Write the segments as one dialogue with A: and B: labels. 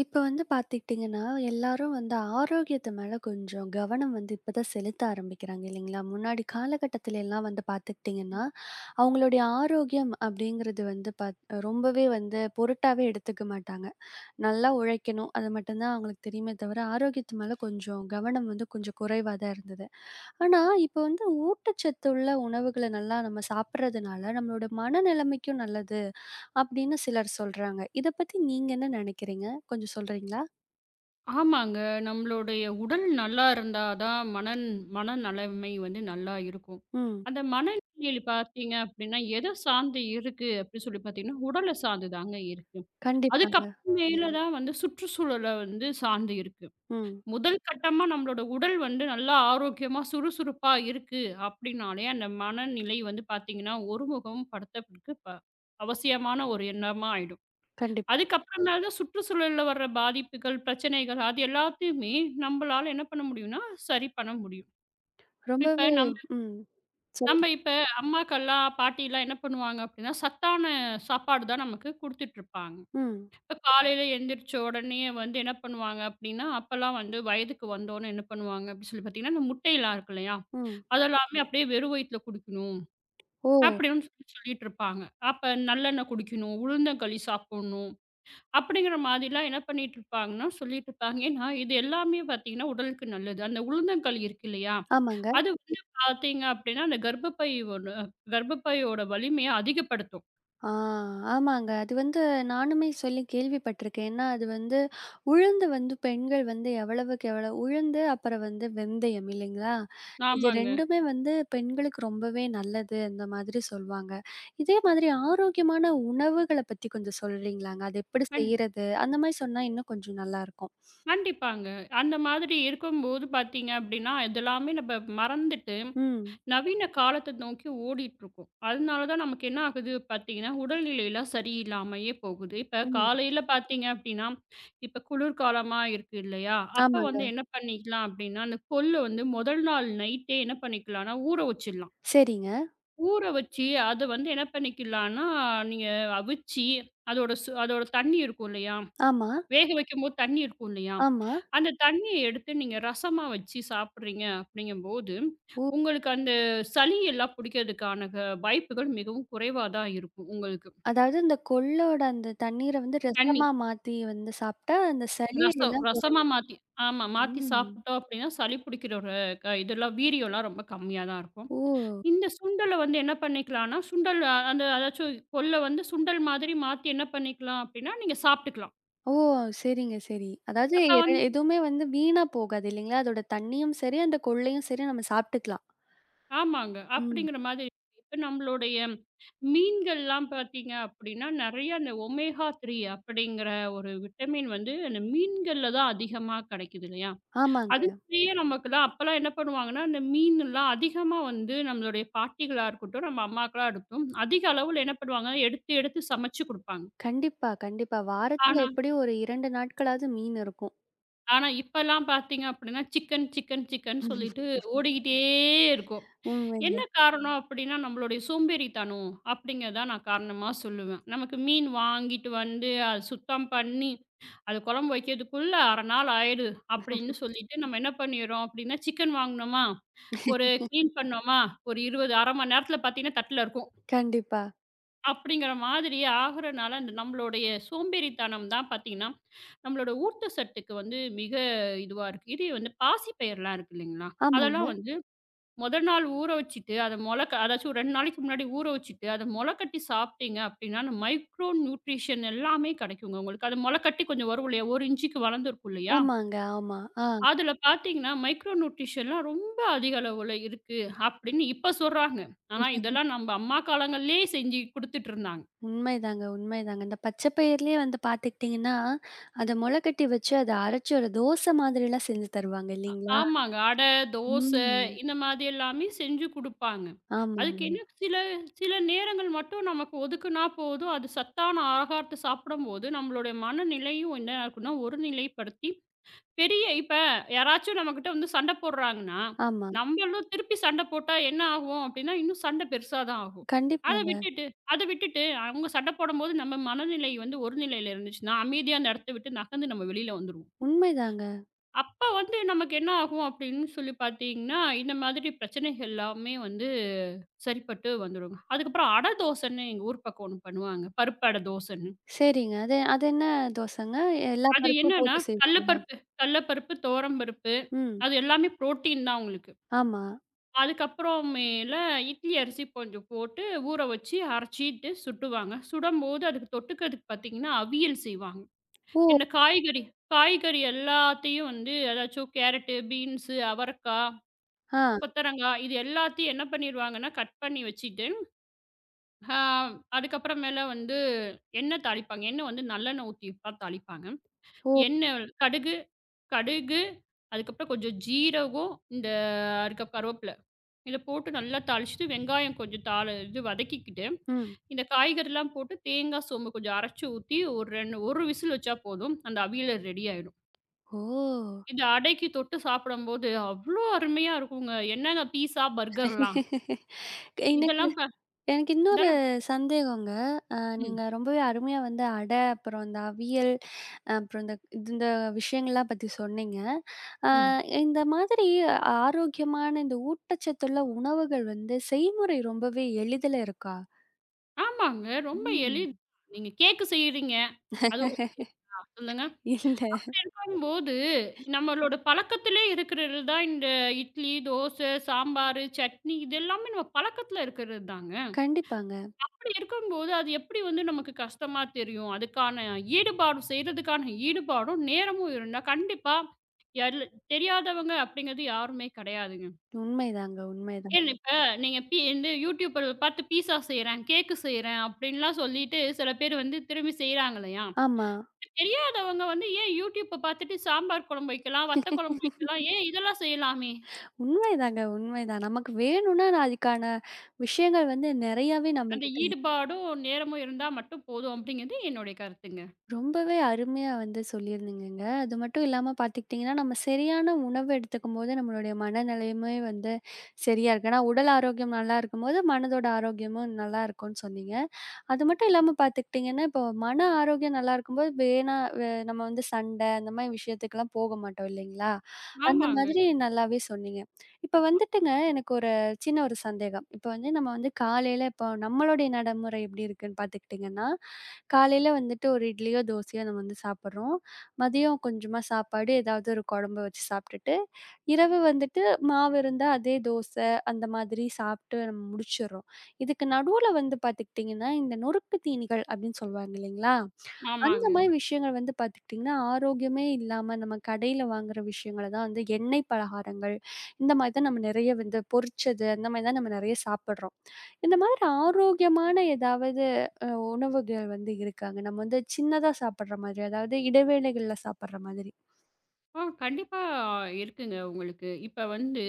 A: இப்ப வந்து பார்த்துக்கிட்டிங்கன்னா, எல்லாரும் வந்து ஆரோக்கியத்து மேல கொஞ்சம் கவனம் வந்து இப்ப தான் செலுத்த ஆரம்பிக்கிறாங்க இல்லைங்களா? முன்னாடி காலகட்டத்துல எல்லாம் வந்து பார்த்துக்கிட்டிங்கன்னா, அவங்களுடைய ஆரோக்கியம் அப்படிங்கிறது வந்து ரொம்பவே வந்து பொருட்டாவே எடுத்துக்க மாட்டாங்க. நல்லா உழைக்கணும், அது மட்டும் தான் அவங்களுக்கு தெரியுமே தவிர, ஆரோக்கியத்து மேல கொஞ்சம் கவனம் வந்து கொஞ்சம் குறைவா தான் இருந்தது. ஆனா, இப்ப வந்து ஊட்டச்சத்துள்ள உணவுகள நல்லா நம்ம சாப்பிடுறதுனால, நம்மளோட மனநிலைமைக்கும் நல்லது அப்படின்னு சிலர் சொல்றாங்க. இத பத்தி நீங்க என்ன நினைக்கிறீங்க? கொஞ்சம் சொல்றீங்களா?
B: ஆமாங்க. நம்மளுடைய உடல் நல்லா இருந்தா தான் மன நலமை வந்து நல்லா இருக்கும்.
A: ம்.
B: அந்த மனநிலையில் பார்த்தீங்க அப்படின்னா, எத சார்ந்து இருக்கு அப்படின்னு சொல்லி பார்த்தீங்கன்னா, உடல சார்ந்து தாங்க இருக்கு.
A: கண்டிப்பாங்க.
B: அதுக்கப்புறம் மேல தான் வந்து சுற்றுச்சூழல வந்து சார்ந்து இருக்கு.
A: ம்.
B: முதல் கட்டமா நம்மளோட உடல் வந்து நல்லா ஆரோக்கியமா, சுறுசுறுப்பா இருக்கு அப்படின்னாலே, அந்த மனநிலை வந்து பார்த்தீங்கன்னா, ஒருமுகம் படுத்தறதுக்கு அவசியமான ஒரு எண்ணமா ஆயிடும்.
A: கண்டிப்பா.
B: அதுக்கப்புறமேல தான் சுற்றுச்சூழல்ல வர்ற பாதிப்புகள், பிரச்சனைகள் அது எல்லாத்தையுமே நம்பளால என்ன பண்ண முடியும்னா, சரி பண்ண முடியும். இப்ப
A: ரொம்பவே
B: நம்ம
A: ம்.
B: நம்ம
A: சொல்லுங்க.
B: இப்ப அம்மாக்கள்லாம், பாட்டிலாம் என்ன பண்ணுவாங்க அப்படின்னா, சத்தான சாப்பாடு தான் நமக்கு குடுத்துட்டுருப்பாங்க.
A: ம்.
B: இப்ப காலையில எந்திரிச்ச உடனே வந்து என்ன பண்ணுவாங்க அப்படின்னா, அப்பலாம் வந்து வயதுக்கு வந்தோனே என்ன பண்ணுவாங்க அப்படின்னு சொல்லி பார்த்தீங்கன்னா, இந்த முட்டையெல்லாம் இருக்கு இல்லையா?
A: ம்.
B: அதெல்லாமே அப்படியே வெறும் வயித்துல குடிக்கணும்
A: ஓ!
B: அப்படின்னு சொல்லி சொல்லிட்டுருப்பாங்க. அப்ப நல்லெண்ணெய் குடிக்கணும், உளுந்தங்களி சாப்பிடணும். அப்படிங்கிற மாதிரிலாம் என்ன பண்ணிட்டு இருப்பாங்கன்னா, சொல்லிட்டு இருப்பாங்க. ஏன்னா, இது எல்லாமே பார்த்தீங்கன்னா, உடலுக்கு நல்லது. அந்த உளுந்தங்களி இருக்கு இல்லையா?
A: ஆமாங்க.
B: அது வந்து பார்த்தீங்க அப்படின்னா, அந்த கர்ப்பப்பையோட கர்ப்பப்பையோட வலிமைய அதிகப்படுத்தும்.
A: ஆ, ஆமாங்க. அது வந்து நானுமே சொல்லி கேள்விப்பட்டுருக்கேன். ஏன்னா, அது வந்து உளுந்து வந்து பெண்கள் வந்து எவ்வளவுக்கு எவ்வளோ உளுந்து அப்புறம் வந்து வெந்தயம் இல்லைங்களா? இது
B: ஆமாங்க.
A: 2மே வந்து பெண்களுக்கு ரொம்பவே நல்லது அந்த மாதிரி சொல்வாங்க. இதே மாதிரி ஆரோக்கியமான உணவுகள பத்தி கொஞ்சம் சொல்றீங்களாங்க? அது எப்படி
B: கண்
A: செய்றது? அந்த மாரி சொன்னா இன்னும் கொஞ்சம் நல்லாருக்கும்.
B: கண்டிப்பாங்க. அந்த மாதிரி இருக்கும்போது பார்த்தீங்க அப்படின்னா, இதெல்லாமே நம்ம மறந்துட்டு
A: ம்.
B: நவீன காலத்தை நோக்கி ஓடிட்டு இருக்கோம். அதனால தான் நமக்கு என்ன ஆகுது பார்த்தீங்கன்னா, உடல்நிலைலாம் சரியில்லாமயே போகுது. இப்ப
A: ம்.
B: காலையில பார்த்தீங்க அப்படின்னா, இப்ப குளிர்காலமா இருக்கு இல்லையா? அப்ப
A: ஆமாங்க.
B: வந்து என்ன பண்ணிக்கலாம் அப்படின்னா, அந்த கொள்ளு வந்து முதல் நாள் நைட்டே என்ன பண்ணிக்கலாம்னா, ஊற வச்சிடலாம்.
A: சரிங்க.
B: ஊற வச்சு அத வந்து என்ன பண்ணிக்கலாம்னா, நீங்க அவிச்சு அதோட தண்ணி இருக்கும் இல்லையா?
A: ஆமா,
B: வேக வைக்கும்போது தண்ணி இருக்கும் இல்லையா?
A: ஆமா.
B: அந்த தண்ணிய எடுத்து நீங்க ரசமா வச்சு சாப்பிடுறீங்க அப்படிங்கும்போது,
A: ஓ!
B: உங்களுக்கு அந்த சளி எல்லாம் புடிக்கிறதுக்கான வாய்ப்புகள் மிகவும் குறைவா தான் இருக்கும் உங்களுக்கு.
A: அதாவது இந்த கொள்ளோட அந்த தண்ணீர வந்து
B: தண்ணி,
A: ரசமா மாத்தி வந்து சாப்ட்டா, அந்த சளி
B: ரசம்
A: எல்லாம் குறை
B: ரசமா மாத்தி ஆமா மாத்தி
A: ம்.
B: சாப்பிட்டோம் அப்படின்னா, சளி புடிக்கிறோட இதெல்லாம் வீரியம்லாம் ரொம்ப கம்மியா தான் இருக்கும்.
A: ஓ!
B: இந்த சுண்டல வந்து என்ன பண்ணிக்கலாம்னா, அந்த அதாச்சும் கொள்ள வந்து சுண்டல் மாதிரி மாத்தி என்ன பண்ணிக்கலாம் அப்படின்னா, நீங்க சாப்பிட்டுக்கலாம்.
A: ஓ! சரிங்க, சரி. அதாவது
B: அப்ப
A: எது
B: வந்து
A: எதுவுமே வந்து வீணா போகாது இல்லைங்களா? அதோட தண்ணியும் சரி, அந்த கொள்ளையும் சரி நம்ம சாப்ட்டுக்கலாம்.
B: ஆமாங்க.
A: ம்.
B: அப்படிங்கிற மாதிரி இப்ப நம்மளுடைய மீன்கள்லாம் பார்த்தீங்க அப்படின்னா, நெறைய அந்த ஒமேகா 3 அப்படிங்கிற ஒரு விட்டமின் வந்து அந்த மீன்கள்ல தான் அதிகமா கெடைக்குது இல்லையா?
A: ஆமாங்க.
B: அதுலயே நமக்குலாம் அப்பலாம் என்ன பண்ணுவாங்கன்னா, அந்த மீன்லாம் அதிகமா வந்து நம்மளுடைய பாட்டிகளா இருக்கட்டும், நம்ம அம்மாக்களா இருக்கட்டும், அதிக அளவுல என்ன பண்ணுவாங்க, எடுத்து எடுத்து சமைச்சு குடுப்பாங்க.
A: கண்டிப்பா, கண்டிப்பா. வாரத்துல
B: ஆனா
A: எப்படியும் ஒரு 2 நாட்களாவது மீன் இருக்கும்.
B: ஆனா இப்பலாம் பார்த்தீங்க அப்படின்னா, சிக்கன் சிக்கன் சிக்கன் சொல்லிட்டு ஓடிக்கிட்டே இருக்கும்.
A: உண்மைங்க.
B: என்ன காரணம் அப்படின்னா, நம்மளுடைய சோம்பேறித்தனம் அப்படிங்கிறத நான் காரணமா சொல்லுவேன். நமக்கு மீன் வாங்கிட்டு வந்து, அத சுத்தம் பண்ணி, அது குழம்பு வைக்கிறதுக்குள்ள 1/2 நாள் ஆயிடுது அப்படின்னு சொல்லிட்டு நம்ம என்ன பண்ணிடுறோம் அப்படின்னா, சிக்கன் வாங்குனோமா, ஒரு கிளீன் பண்ணோமா, ஒரு 20 1/2 மணி நேரத்தில பார்த்தீங்கன்னா தட்டில இருக்கும்.
A: கண்டிப்பா.
B: அப்படிங்கிற மாதிரி ஆகுறனால, அந்த நம்மளுடைய சோம்பேறித்தனம் தான் பார்த்தீங்கன்னா, நம்மளோட ஊட்டச்சத்துக்கு வந்து மிக இதுவா இருக்கு. இதே வந்து பாசிப்பயிர்லாம் இருக்கு இல்லைங்களா?
A: ஆமாங்க,
B: அதெல்லாம் வந்து மொதல் நாள் ஊற வச்சுட்டு, அத மொள க அதாச்சும் 2 நாளைக்கு முன்னாடி ஊற வச்சுட்டு, அத மொளக்கட்டி சாப்பிட்டீங்க அப்படின்னா, அந்த மைக்ரோ நியூட்ரிஷன் எல்லாமே கெடைக்குங்க உங்களுக்கு. அது மொளக்கட்டி கொஞ்சம் வரும் இல்லையா? 1 இன்ச்சுக்கு வளர்ந்துருக்கும் இல்லையா?
A: ஆமாங்க, ஆமா. ஆ.
B: அதில பார்த்தீங்கன்னா, மைக்ரோ நியூட்ரிஷன்லாம் ரொம்ப அதிக அளவுல இருக்கு அப்படின்னு இப்ப சொல்றாங்க. ஆனா இதெல்லாம் நம்ப அம்மா காலங்கள்லயே செஞ்சு குடுத்துட்டுருந்தாங்க.
A: உண்மைதாங்க, உண்மைதாங்க. இந்த பச்சை பயிர்லயே வந்து பார்த்துக்கிட்டீங்கன்னா, அத மொள கட்டி வச்சு அத அரைச்சு ஒரு தோசை மாதிரிலாம் செஞ்சு தருவாங்க இல்லீங்களா?
B: ஆமாங்க. அடை, தோசை
A: ம்.
B: இந்த மாதிரி எல்லாமே செஞ்சு குடுப்பாங்க. அதுக்கு
A: ஆமாங்க.
B: என்ன சில சில நேரங்கள் மட்டும் நமக்கு ஒதுக்குனா போதும். அது சத்தான ஆகாரத்த சாப்பிடும்போது, நம்மளுடைய மனநிலையும் என்ன இருக்குன்னா, ஒரு நிலைப்படுத்தி பெரிய இப்ப யாராச்சும் நம்மகிட்ட வந்து சண்டை போடுறாங்கன்னா,
A: ஆமா.
B: நம்மளும் திருப்பி சண்டை போட்டா என்ன ஆகும் அப்படின்னா, இன்னும் சண்டை பெருசா தான் ஆகும். அத
A: கண்டிப்பாங்க.
B: விட்டுட்டு அத விட்டுட்டு அவங்க சண்டை போடும்போது நம்ம மனநிலை வந்து ஒரு நிலையில இருந்துச்சுன்னா, அமைதியா அந்த இடத்த விட்டு நகர்ந்து நம்ம வெளியில வந்துருவோம்.
A: உண்மைதாங்க.
B: அப்ப வந்து நமக்கு என்ன ஆகும் அப்படின்னு சொல்லி பார்த்தீங்கன்னா, இந்த மாதிரி பிரச்சனைகள் எல்லாமே வந்து சரிப்பட்டு வந்துருங்க. அதுக்கப்புறம் அட தோசைன்னு எங்க ஊர் பக்கம் ஒண்ணு பண்ணுவாங்க. பருப்பு அட தோசைன்னு.
A: சரிங்க. அது அது என்ன தோசைங்க? எல்லா
B: அது
A: பருப்பும்
B: என்னன்னா
A: போட்டு
B: கடல
A: செய்வாங்களா?
B: பருப்பு கடல பருப்பு, துவரம் பருப்பு
A: ம்.
B: அது எல்லாமே புரோட்டீன் தான் உங்களுக்கு.
A: ஆமா.
B: அதுக்கப்புறமேல இட்லி அரிசி கொஞ்சம் போட்டு ஊற வச்சு அரைச்சிட்டு சுடுவாங்க. சுடும்போது அதுக்கு தொட்டுக்கிறதுக்கு பார்த்தீங்கன்னா, அவியல் செய்வாங்க.
A: ஓ!
B: இந்த காய்கறி காய்கறி எல்லாத்தையும் வந்து அதாச்சும் கேரட்டு, பீன்ஸு, அவரைக்கா
A: ஆ.
B: கொத்தவரங்காய் இது எல்லாத்தையும் என்ன பண்ணிருவாங்கன்னா, கட் பண்ணி வச்சுட்டு, ஆ அதுக்கப்புறமேல வந்து எண்ணெய் தாளிப்பாங்க. எண்ணெய் வந்து நல்லெண்ணெய் ஊத்தி தான் தாளிப்பாங்க.
A: ஓ!
B: எண்ணெய், கடுகு கடுகு, அதுக்கப்புறம் கொஞ்சம் ஜீரகம், இந்த அதுக்கு கருவேப்பில இத போட்டு நல்லா தாளிச்சுட்டு, வெங்காயம் கொஞ்சம் தாள இது வதக்கிக்கிட்டு,
A: ம்.
B: இந்த காய்கறிலாம் போட்டு தேங்காய், சோம்பு கொஞ்சம் அரைச்சு ஊத்தி, ஒரு 2 1 விசில் வச்சா போதும். அந்த அவியல் ரெடி ஆயிடும்.
A: ஓ!
B: இது அடைக்கு தொட்டு சாப்பிடும்போது அவ்ளோ அருமையா இருக்குங்க. என்னென்ன பீஸா, பர்கர்லாம்
A: எனக்கு
B: இதெல்லாம் ப
A: எனக்கு இன்னொரு
B: இதெல்லாம்
A: சந்தேகங்க.
B: ம்.
A: நீங்க ரொம்பவே அருமையா வந்து அடை, அப்புறம் இந்த அவியல், அப்புறம் இந்த இந்த விஷயங்கள்லாம் பத்தி சொன்னீங்க. அ
B: ம்.
A: இந்த மாதிரி ஆரோக்கியமான இந்த ஊட்டச்சத்துள்ள உணவுகள் வந்து செய்முறை ரொம்பவே எளிதில இருக்கா?
B: ஆமாங்க. ரொம்ப
A: ம்.
B: எளிது. நீங்க கேக்கு செய்றீங்க. அது உங்களுக்கு தெரியுமா? சொல்லுங்க.
A: இல்ல.
B: பண்ணும்போது நம்மளோட பழக்கத்திலே இருக்கிறது தான் இந்த இட்லி, தோசை, சாம்பாரு, சட்னி இது எல்லாமே நம்ம பழக்கத்தில இருக்கிறது தாங்க.
A: கண்டிப்பாங்க.
B: அப்படி இருக்கும்போது அது எப்படி வந்து நமக்கு கஷ்டமா தெரியும்? அதுக்கான ஈடுபாடும் செய்றதுக்கான ஈடுபாடும், நேரமும் இருந்தா கண்டிப்பா எல் தெரியாதவங்க அப்படிங்கிறது யாருமே கிடையாதுங்க.
A: உண்மைதாங்க, உண்மைதான்.
B: ஏன் இப்ப நீங்க இந்த யூடியூபர் பார்த்து பீஸா செய்றேன், கேக்கு செய்றேன் அப்டின்லாம் சொல்லிட்டு சில பேர் வந்து திரும்பி செய்றாங்கல்லையா?
A: ஆமா.
B: தெரியாதவங்க வந்து ஏன் யூடியூப்ப பார்த்துட்டு சாம்பார் குழம்பு வைக்கலாம், வத்த குழம்பு வைக்கலாம், ஏன் இதெல்லாம் செய்யலாமே?
A: உண்மைதாங்க, உண்மைதான். நமக்கு வேணும்னா நான் அதுக்கான விஷயங்கள் வந்து நெறையாவே
B: அந்த
A: நம்மகிட்ட
B: ஈடுபாடும், நேரமும் இருந்தா மட்டும் போதும் அப்டிங்கிறது என்னுடைய கருத்துங்க.
A: ரொம்பவே அருமையா வந்து சொல்லியிருந்தீங்கங்க. அது மட்டும் இல்லாம பார்த்துக்கிட்டிங்கன்னா, நம்ம சரியான உணவு எடுத்துக்கும்போது நம்மளுடைய மனநிலையுமே வந்து சரியா இருக்கு. ஏன்னா உடல் ஆரோக்கியம் நல்லா இருக்கும்போது, மனதோட ஆரோக்கியமும் நல்லா இருக்கும்னு சொன்னீங்க. அது மட்டும் இல்லாம பார்த்துக்கிட்டிங்கன்னா, இப்போ மன ஆரோக்கியம் நல்லா இருக்கும்போது வேணா வ நம்ம வந்து சண்டை அந்த மாரி விஷயத்துக்குலாம் போக மாட்டோம் இல்லைங்களா? அந்த
B: ஆமாங்க,
A: மாதிரி நல்லாவே சொன்னீங்க. இப்ப வந்துட்டுங்க எனக்கு ஒரு சின்ன ஒரு சந்தேகம். இப்ப வந்து நம்ம வந்து காலையில இப்போ நம்மளுடைய நடைமுறை எப்படி இருக்குன்னு பார்த்துக்கிட்டிங்கன்னா, காலையில வந்துட்டு ஒரு இட்லியோ, தோசையோ நம்ம வந்து சாப்பிடுறோம். மதியம் கொஞ்சமா சாப்பாடு, ஏதாவது ஒரு குழம்பு வச்சு சாப்பிட்டுட்டு, இரவு வந்துட்டு மாவு இருந்தா அதே தோசை அந்த மாதிரி சாப்பிட்டு நம்ம முடிச்சிடுறோம். இதுக்கு நடுவுல வந்து பார்த்துக்கிட்டிங்கன்னா, இந்த நொறுக்கு தீனிகள் அப்படின்னு சொல்லுவாங்க இல்லைங்களா? அந்த ஆமா.
B: ஆமாங்க.
A: மாரி விஷயங்கள் வந்து பார்த்துக்கிட்டிங்கன்னா, ஆரோக்கியமே இல்லாம நம்ம கடையில வாங்குற விஷயங்கள தான் வந்து எண்ணெய் பலகாரங்கள், இந்த மாதிரி தான் நம்ம நிறைய வந்து பொரிச்சது, அந்த மாதிரி தான் நம்ம நிறைய சாப்பிடுறோம். இந்த மாதிரி ஆரோக்கியமான ஏதாவது அ உணவுகள் வந்து இருக்காங்க. நம்ம வந்து சின்னதா சாப்பிடுற மாதிரி, அதாவது இடைவேளைகள்ல சாப்பிடுற மாதிரி.
B: ஆ கண்டிப்பா இருக்குங்க உங்களுக்கு. இப்ப வந்து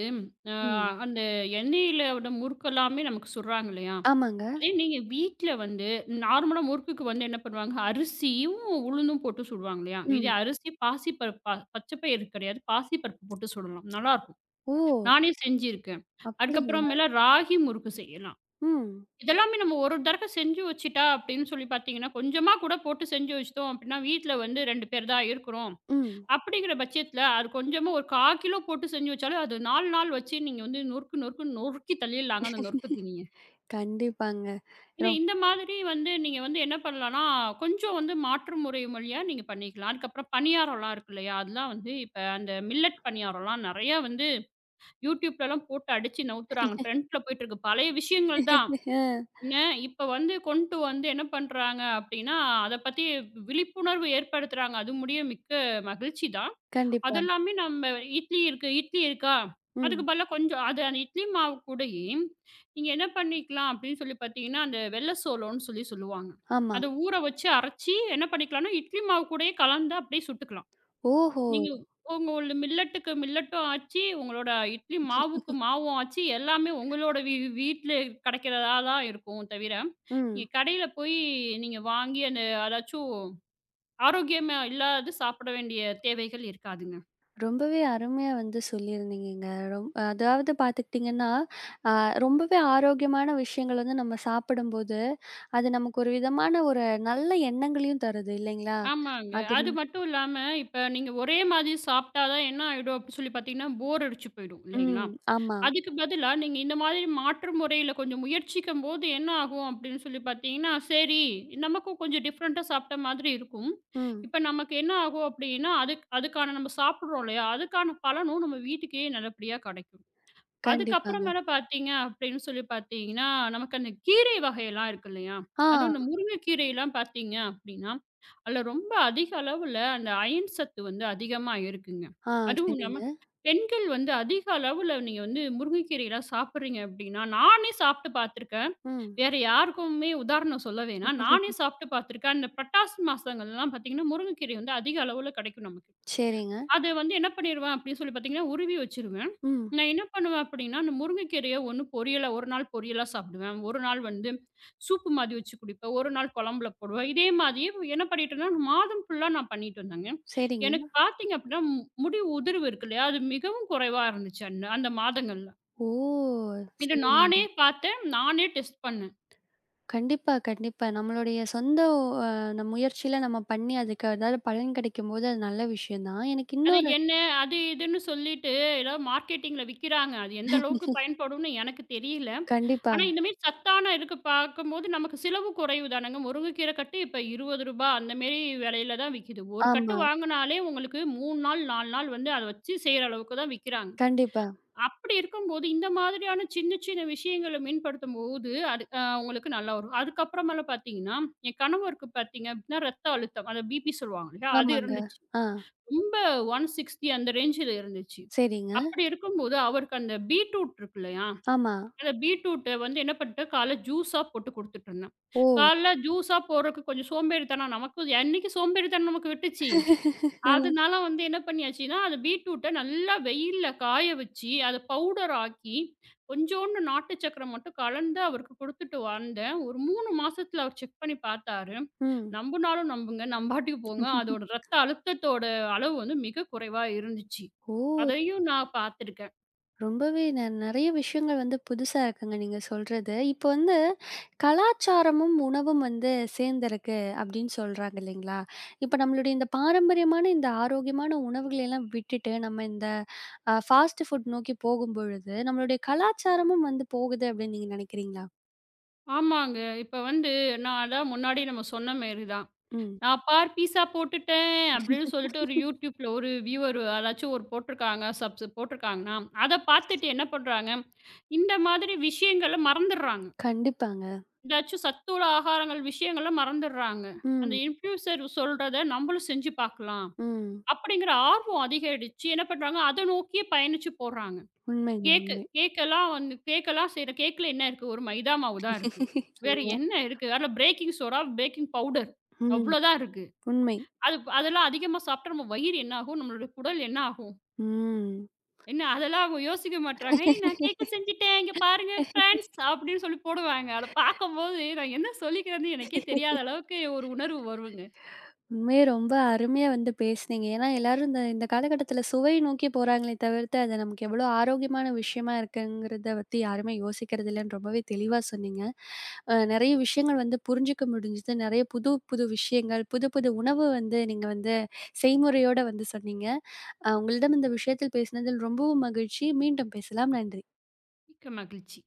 B: அ
A: ம்.
B: அந்த எண்ணெயில விட முறுக்கெல்லாமே நமக்கு சுடுறாங்க இல்லையா?
A: ஆமாங்க.
B: அதே நீங்க வீட்ல வந்து நார்மலா முறுக்குக்கு வந்து என்ன பண்ணுவாங்க, அரிசியும், உளுந்தும் போட்டு சுடுவாங்க இல்லையா? இதே
A: ம்.
B: அரிசி, பாசிப்பருப்பு பச்சை பயிறு கிடையாது. பாசிப்பருப்பு போட்டு சுடலாம். நல்லாருக்கும்.
A: ஓ!
B: நானே செஞ்சிருக்கேன்.
A: அப்படிங்களா?
B: அதுக்கப்புறமேல ராகி முறுக்கு செய்யலாம்.
A: ம்.
B: இதெல்லாமே நம்ம ஒரு தடவை செஞ்சு வச்சுட்டா அப்படின்னு சொல்லி பார்த்தீங்கன்னா, கொஞ்சமா கூட போட்டு செஞ்சு வச்சுட்டோம் அப்படின்னா, வீட்ல வந்து 2 பேர் தான் இருக்கிறோம்.
A: ம்.
B: அப்படிங்கிற பட்சத்தில அது கொஞ்சமா ஒரு 1/4 கிலோ போட்டு செஞ்சு வச்சாலும், அது 4 நாள் வச்சு நீங்க வந்து நொறுக்கு நொறுக்குன்னு நொறுக்கி தள்ளிடலாங்க அந்த நொறுக்கு தீனிய.
A: கண்டிப்பாங்க.
B: இல்ல
A: ரொம்
B: இந்த மாதிரி வந்து நீங்க வந்து என்ன பண்ணலாம்னா, கொஞ்சம் வந்து மாற்று முறை வழியா நீங்க பண்ணிக்கலாம். அதுக்கப்புறம் பணியாரம்லாம் இருக்கு இல்லையா? அதெல்லாம் வந்து இப்ப அந்த மில்லட் பணியாரம்லாம் நெறையா வந்து யூடியூப்லலாம் போட்டு அடிச்சு நவுத்துறாங்க. ட்ரெண்ட்ல போயிட்டுருக்கு. பழைய விஷயங்கள் தான்.
A: அ
B: என்ன இப்ப வந்து கொண்டு வந்து என்ன பண்றாங்க அப்டின்னா, அத பத்தி விழிப்புணர்வு ஏற்படுத்துறாங்க. அது முடிய மிக்க மகிழ்ச்சி தான்.
A: கண்டிப்பா.
B: அதெல்லாமே நம்ம இட்லி இருக்கா?
A: ம்.
B: அதுக்கு பதிலா கொஞ்சம் அது அந்த இட்லி மாவு கூடயே, நீங்க என்ன பண்ணிக்கலாம் அப்படின்னு சொல்லி பார்த்தீங்கன்னா, அந்த வெள்ள சோளம்ன்னு சொல்லி சொல்லுவாங்க.
A: ஆமா.
B: அத ஊற வச்சு அரைச்சு என்ன பண்ணிக்கலாம்னா, இட்லி மாவு கூடயே கலந்து அப்படியே சுட்டுக்கலாம்.
A: ஓஹோ!
B: நீங்க உங்களோட மில்லட்டுக்கு மில்லட்டும் ஆச்சு, உங்களோட இட்லி மாவுக்கு மாவும் ஆச்சு. எல்லாமே உங்களோட வீட்ல கிடைக்கிறதா தான் இருக்கும் தவிர,
A: ம்.
B: நீங்க கடையில போய் நீங்க வாங்கி அந்த அதாச்சும் ஆரோக்கியமா இல்லாதது சாப்பிட வேண்டிய தேவைகள் இருக்காதுங்க.
A: ரொம்பவே அருமையா வந்து சொல்லியிருந்தீங்கங்க. அதாவது பார்த்துக்கிட்டிங்கன்னா, அ ரொம்பவே ஆரோக்கியமான விஷயங்கள் வந்து நம்ம சாப்பிடும்போது, அது நமக்கு ஒரு விதமான ஒரு நல்ல எண்ணங்களையும் தருது இல்லைங்களா?
B: ஆமாங்க.
A: அது
B: அது
A: ரொம்
B: மட்டும் இல்லாம, இப்ப நீங்க ஒரே மாதிரி சாப்பிட்டா தான் என்ன ஆயிடும் அப்டி சொல்லி பார்த்தீங்கன்னா, போர் அடிச்சு போயிடும் இல்லைங்களா?
A: ம். ஆமா.
B: அதுக்கு பதிலா நீங்க இந்த மாதிரி மாற்று முறையில கொஞ்சம் முயற்சிக்கும்போது என்ன ஆகும் அப்படின்னு சொல்லி பார்த்தீங்கன்னா, சரி நமக்கும் கொஞ்சம் டிஃப்ரெண்ட்டா சாப்பிட்ட மாதிரி இருக்கும்.
A: ம்.
B: இப்ப நமக்கு என்ன ஆகும் அப்படின்னா, அதுக்கான நம்ம சாப்பிடுறோம் இல்லையா? அதுக்கான பலனும் நம்ம வீட்டுக்கே நல்லபடியா கிடைக்கும்.
A: கண்டிப்பாங்க.
B: அதுக்கப்புறமேல பார்த்தீங்க அப்படின்னு சொல்லி பார்த்தீங்கன்னா, நமக்கு அந்த கீரை வகையெல்லாம் இருக்கு இல்லையா?
A: ஆ,
B: அதுவும் இந்த முருங்கைக்கீரைலாம் பார்த்தீங்க அப்படின்னா அதுல ரொம்ப அதிக அளவுல அந்த அயன் சத்து வந்து அதிகமா இருக்குங்க.
A: ஆ
B: அதுவும் இல்லாம
A: சரிங்க.
B: பெண்கள் வந்து அதிக அளவுல நீங்க வந்து முருங்கைக்கீரைலாம் சாப்பிடுறீங்க அப்படின்னா, நானே சாப்பிட்டு பார்த்துருக்கேன்.
A: ம்.
B: வேற யாருக்குமே உதாரணம் சொல்ல வேணாம். நானே சாப்பிட்டு பார்த்துருக்கேன். அந்த புரட்டாசி மாசங்கள்லாம் பார்த்தீங்கன்னா, முருங்கைக்கீரை வந்து அதிக அளவுல கிடைக்கும் நமக்கு.
A: சரிங்க.
B: அது வந்து என்ன பண்ணிருவேன் அப்படின்னு சொல்லி பார்த்தீங்கன்னா, உருவி வச்சுருவேன்.
A: ம்.
B: நான் என்ன பண்ணுவேன் அப்படின்னா, அந்த முருங்கைக்கீரைய ஒண்ணு பொரியலா ஒரு நாள் பொரியலா சாப்பிடுவேன். ஒரு நாள் வந்து சூப்பு மாதிரி வச்சு குடிப்பேன். ஒரு நாள் குழம்புல போடுவேன். இதே மாதிரியே என்ன பண்ணிட்டேன்னா, மாதம் ஃபுல்லா நான் பண்ணிட்டு வந்தேங்க.
A: சரிங்க.
B: எனக்கு பார்த்தீங்க அப்படின்னா, முடி உதிர்வு இருக்கு இல்லையா? அது மிகவும் குறைவா இருந்துச்சு அந்த அந்த மாதங்கள்ல.
A: ஓ!
B: இத நானே
A: சரிங்க.
B: பார்த்தேன். நானே டெஸ்ட் பண்ணேன்.
A: கண்டிப்பா, கண்டிப்பா. நம்மளுடைய சொந்த அ நம் முயற்சியில நம்ம பண்ணி அதுக்கு ஏதாவது பலன் கிடைக்கும்போது அது நல்ல விஷயம் தான். எனக்கு
B: அது
A: இன்னொரு
B: என்ன? அது இதுன்னு சொல்லிட்டு ஏதோ மார்க்கெட்டிங்ல விக்கிறாங்க. அது எந்த அளவுக்கு பயன்படும்னு எனக்கு தெரியல.
A: கண்டிப்பா.
B: ஆனா, இந்த மாரி சத்தான இருக்கு பார்க்கும்போது நமக்கு செலவு குறைவு தானங்க. முருங்கைக்கீரை கட்டு இப்ப ரூ. 20 அந்த மாரி விலையில தான் விக்குது. ஒரு
A: ஆமா.
B: கட்டு வாங்குனாலே உங்களுக்கு 3 நாள், 4 நாள் வந்து அத வச்சு செய்ற அளவுக்கு தான் விக்கிறாங்க.
A: கண்டிப்பா.
B: அப்படி இருக்கும்போது இந்த மாதிரியான சின்ன சின்ன விஷயங்கள மேம்படுத்தும்போது, அது அ உங்களுக்கு நல்லா வரும். அதுக்கப்புறமேல பார்த்தீங்கன்னா, என் கணவருக்கு பார்த்தீங்க அப்படின்னா, ரத்த அழுத்தம். அத பிபி சொல்லுவாங்க இல்லையா? அது
A: ஆமாங்க.
B: இருந்துச்சு.
A: ஆ
B: ரொம்ப 160 அந்த ரேஞ்சுல இருந்துச்சு.
A: சரிங்க.
B: அப்படி இருக்கும்போது, அவருக்கு அந்த பீட்ரூட் இருக்கு இல்லையா?
A: ஆமா.
B: அந்த பீட்ரூட்ட வந்து என்ன பண்ணிட்டேன், காலைல ஜூஸா போட்டு குடுத்துட்டுருந்தேன்.
A: ஓ!
B: காலைல ஜூஸா போடுறக்கு கொஞ்சம் சோம்பேறித்தனம் நமக்கும் என்னைக்கு சோம்பேறித்தனம் நமக்கு விட்டுச்சு? அதனால வந்து என்ன பண்ணியாச்சுன்னா, அத பீட்ரூட்ட நல்லா வெயில்ல காய வச்சு, அத பவுடர் ஆக்கி, கொஞ்சோண்டு நாட்டு சர்க்கரை மட்டும் கலந்து அவருக்கு குடுத்துட்டு வந்தேன். ஒரு 3 மாசத்துல அவர் செக் பண்ணி பார்த்தாரு.
A: ம்.
B: நம்புனாலும் நம்புங்க, நம்பாட்டிக்கு போங்க. அதோட ரத்த அழுத்தத்தோட அளவு வந்து மிக குறைவா இருந்துச்சு.
A: ஓ!
B: அதையும் நான் பார்த்துருக்கேன்.
A: ரொம்பவே நெறைய விஷயங்கள் வந்து புதுசா இருக்குங்க நீங்க சொல்றது. இப்போ வந்து கலாச்சாரமும், உணவும் வந்து சேர்ந்திருக்கு அப்படின்னு சொல்றாங்க இல்லைங்களா? இப்ப நம்மளுடைய இந்த பாரம்பரியமான இந்த ஆரோக்கியமான உணவுகளெல்லாம் விட்டுட்டு நம்ம இந்த ஃபாஸ்ட் ஃபுட் நோக்கி போகும்பொழுது, நம்மளுடைய கலாச்சாரமும் வந்து போகுது அப்படின்னு நீங்க நினைக்கிறீங்களா?
B: ஆமாங்க. இப்ப வந்து நான் அதான் முன்னாடி நம்ம சொன்ன மாரி தான்.
A: ம்.
B: நான் பீஸா போட்டுட்டேன் அப்படின்னு சொல்லிட்டு ஒரு யூடியூப்ல ஒரு வியூவர் யாராச்சும் ஒரு போட்டிருக்காங்க சப்ஸ் போட்டிருக்காங்கன்னா அதை பார்த்துட்டு என்ன பண்றாங்க இந்த மாதிரி விஷயங்களை மறந்துடுறாங்க
A: கண்டிப்பாங்க.
B: ஏதாச்சும் சத்துள்ள ஆகாரங்கள் விஷயங்களை மறந்துடுறாங்க அந்த
A: ம்,
B: இன்ஃபியூசர் சொல்றத நம்மளும் செஞ்சு பார்க்கலாம்
A: ம்.
B: அப்படிங்கிற ஆர்வம் அதிகரிச்சு என்ன பண்றாங்க அதை நோக்கியே பயணிச்சு போடுறாங்க
A: உண்மைங்க,
B: கேக்கு
A: உண்மை.
B: கேக்கெல்லாம் வந்து கேக்கெல்லாம் செய்யற கேக்ல என்ன இருக்கு ஒரு மைதா மாவு தான் இருக்கு வேற
A: ஆமா.
B: என்ன இருக்கு அதில் பேக்கிங் சோடா பேக்கிங் பவுடர்
A: ம்.
B: அவ்வளோதான் இருக்கு
A: உண்மை.
B: அதெல்லாம் அதிகமா சாப்பிட்டா நம்ம வயிறு என்ன ஆகும்? நம்மளுடைய குடல் என்ன ஆகும்?
A: ம்.
B: என்ன அதெல்லாம் அவங்க யோசிக்க மாட்றாங்க. "ஏய் நான் கேக்க செஞ்சுட்டேன். இங்க பாருங்க ஃபிரெண்ட்ஸ்" அப்படின்னு சொல்லி போடுவாங்க. அத பார்க்கும்போது நான் என்ன சொல்லிக்கிறேன்னு எனக்கே தெரியாத அளவுக்கு ஒரு உணர்வு வருங்க.
A: உண்மையே ரொம்ப அருமையா வந்து பேசுனீங்க. ஏன்னா, எல்லாரும் இந்த இந்த காலகட்டத்தில சுவை நோக்கி போறாங்களே தவிர்த்து, அது நமக்கு எவ்வளோ ஆரோக்கியமான விஷயமா இருக்குங்கிறத பத்தி யாருமே யோசிக்கிறது இல்லன்னு ரொம்பவே தெளிவா சொன்னீங்க. நெறைய விஷயங்கள் வந்து புரிஞ்சுக்க முடிஞ்சுது. நெறைய புது புது விஷயங்கள், புது புது உணவு வந்து நீங்க வந்து செய்முறையோட வந்து சொன்னீங்க. உங்களிடம் இந்த விஷயத்தில் பேசினதில் ரொம்பவும் மகிழ்ச்சி. மீண்டும் பேசலாம். நன்றி.
B: மிக்க மகிழ்ச்சி.